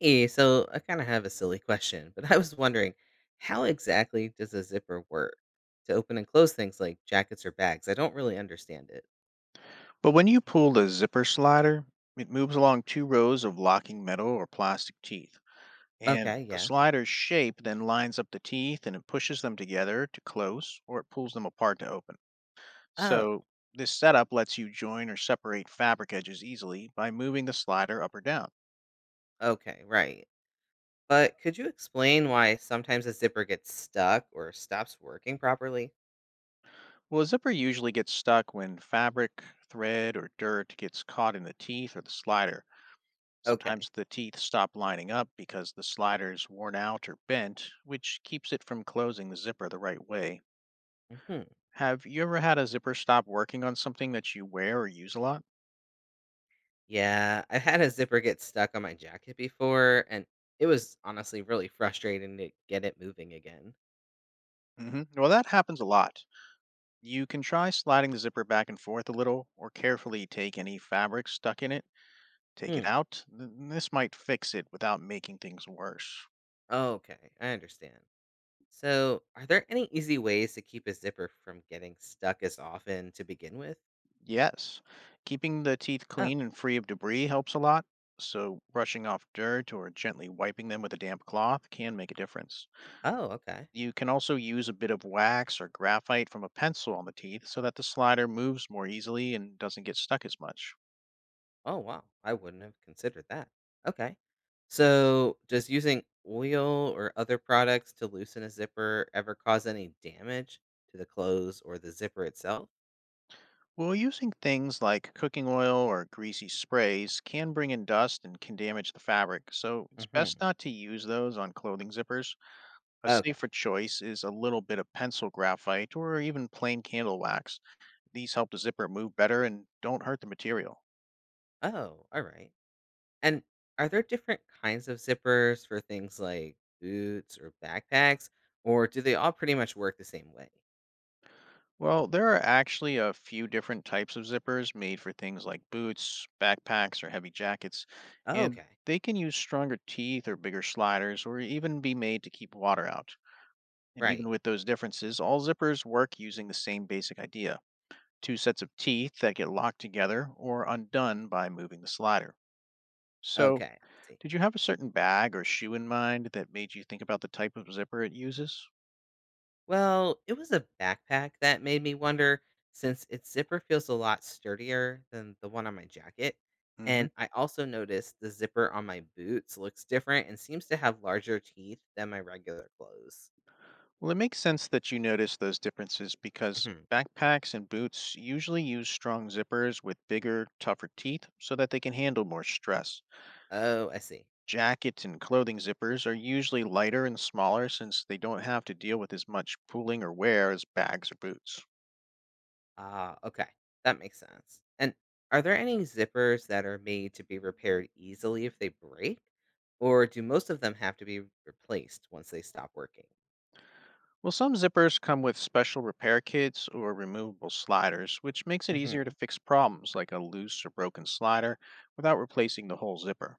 Hey, so I kind of have a silly question, but I was wondering, how exactly does a zipper work to open and close things like jackets or bags? I don't really understand it. But when you pull the zipper slider, it moves along two rows of locking metal or plastic teeth. And Okay, the yeah. slider's shape then lines up the teeth and it pushes them together to close or it pulls them apart to open. Oh, So this setup lets you join or separate fabric edges easily by moving the slider up or down. okay, right. But could you explain why sometimes a zipper gets stuck or stops working properly? Well, a zipper usually gets stuck when fabric, thread, or dirt gets caught in the teeth or the slider. Okay. Sometimes the teeth stop lining up because the slider's worn out or bent, which keeps it from closing the zipper the right way. Hmm. Have you ever had a zipper stop working on something that you wear or use a lot? Yeah, I've had a zipper get stuck on my jacket before, and it was honestly really frustrating to get it moving again. Well, that happens a lot. You can try sliding the zipper back and forth a little, or carefully take any fabric stuck in it, take it Hmm. out. This might fix it without making things worse. Okay, I understand. So, are there any easy ways to keep a zipper from getting stuck as often to begin with? Yes, keeping the teeth Oh, clean and free of debris helps a lot, so brushing off dirt or gently wiping them with a damp cloth can make a difference. oh, okay. You can also use a bit of wax or graphite from a pencil on the teeth so that the slider moves more easily and doesn't get stuck as much. Oh, wow. I wouldn't have considered that. Okay. So, does using oil or other products to loosen a zipper ever cause any damage to the clothes or the zipper itself? Well, using things like cooking oil or greasy sprays can bring in dust and can damage the fabric, so it's best Hmm. not to use those on clothing zippers. A Okay. safer choice is a little bit of pencil graphite or even plain candle wax. These help the zipper move better and don't hurt the material. Oh, all right. And are there different kinds of zippers for things like boots or backpacks, or do they all pretty much work the same way? Well, there are actually a few different types of zippers made for things like boots, backpacks, or heavy jackets, and Okay. they can use stronger teeth or bigger sliders or even be made to keep water out. And even Right. with those differences, all zippers work using the same basic idea: two sets of teeth that get locked together or undone by moving the slider. Okay, So, I see. Did you have a certain bag or shoe in mind that made you think about the type of zipper it uses? Well, it was a backpack that made me wonder since its zipper feels a lot sturdier than the one on my jacket. hmm And I also noticed the zipper on my boots looks different and seems to have larger teeth than my regular clothes. Well, it makes sense that you notice those differences, because Mhm. backpacks and boots usually use strong zippers with bigger, tougher teeth so that they can handle more stress. Oh, I see. Jackets and clothing zippers are usually lighter and smaller, since they don't have to deal with as much pulling or wear as bags or boots. Ah, okay. That makes sense. And are there any zippers that are made to be repaired easily if they break? Or do most of them have to be replaced once they stop working? Well, some zippers come with special repair kits or removable sliders, which makes it easier to Hmm. fix problems like a loose or broken slider without replacing the whole zipper.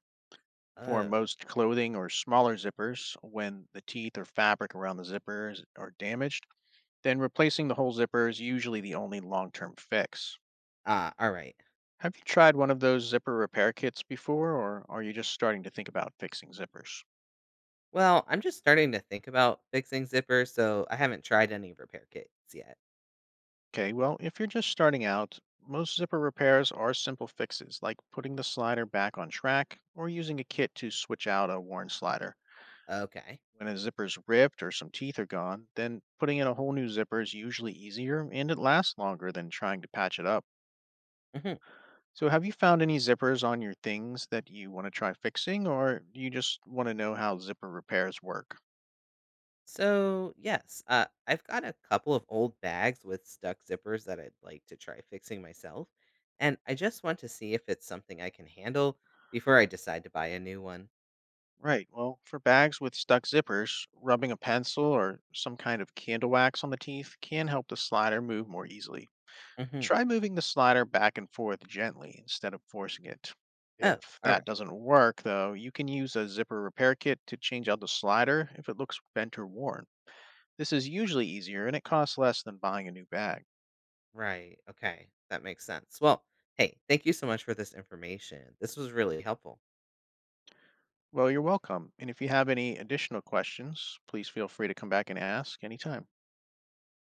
For Oh. most clothing or smaller zippers, when the teeth or fabric around the zippers are damaged, then replacing the whole zipper is usually the only long term fix. Ah, all right. Have you tried one of those zipper repair kits before, or are you just starting to think about fixing zippers? Well, I'm just starting to think about fixing zippers, so I haven't tried any repair kits yet. Okay, well, if you're just starting out, most zipper repairs are simple fixes like putting the slider back on track or using a kit to switch out a worn slider. Okay. When a zipper's ripped or some teeth are gone, then putting in a whole new zipper is usually easier and it lasts longer than trying to patch it up. Hmm. So, have you found any zippers on your things that you want to try fixing, or do you just want to know how zipper repairs work? So, yes, I've got a couple of old bags with stuck zippers that I'd like to try fixing myself, and I just want to see if it's something I can handle before I decide to buy a new one. Right. Well, for bags with stuck zippers, rubbing a pencil or some kind of candle wax on the teeth can help the slider move more easily. Hmm. Try moving the slider back and forth gently instead of forcing it. If Oh, all that right. doesn't work, though, you can use a zipper repair kit to change out the slider if it looks bent or worn. This is usually easier and it costs less than buying a new bag. Right. Okay. That makes sense. Well, hey, thank you so much for this information. This was really helpful. Well, you're welcome. And if you have any additional questions, please feel free to come back and ask anytime.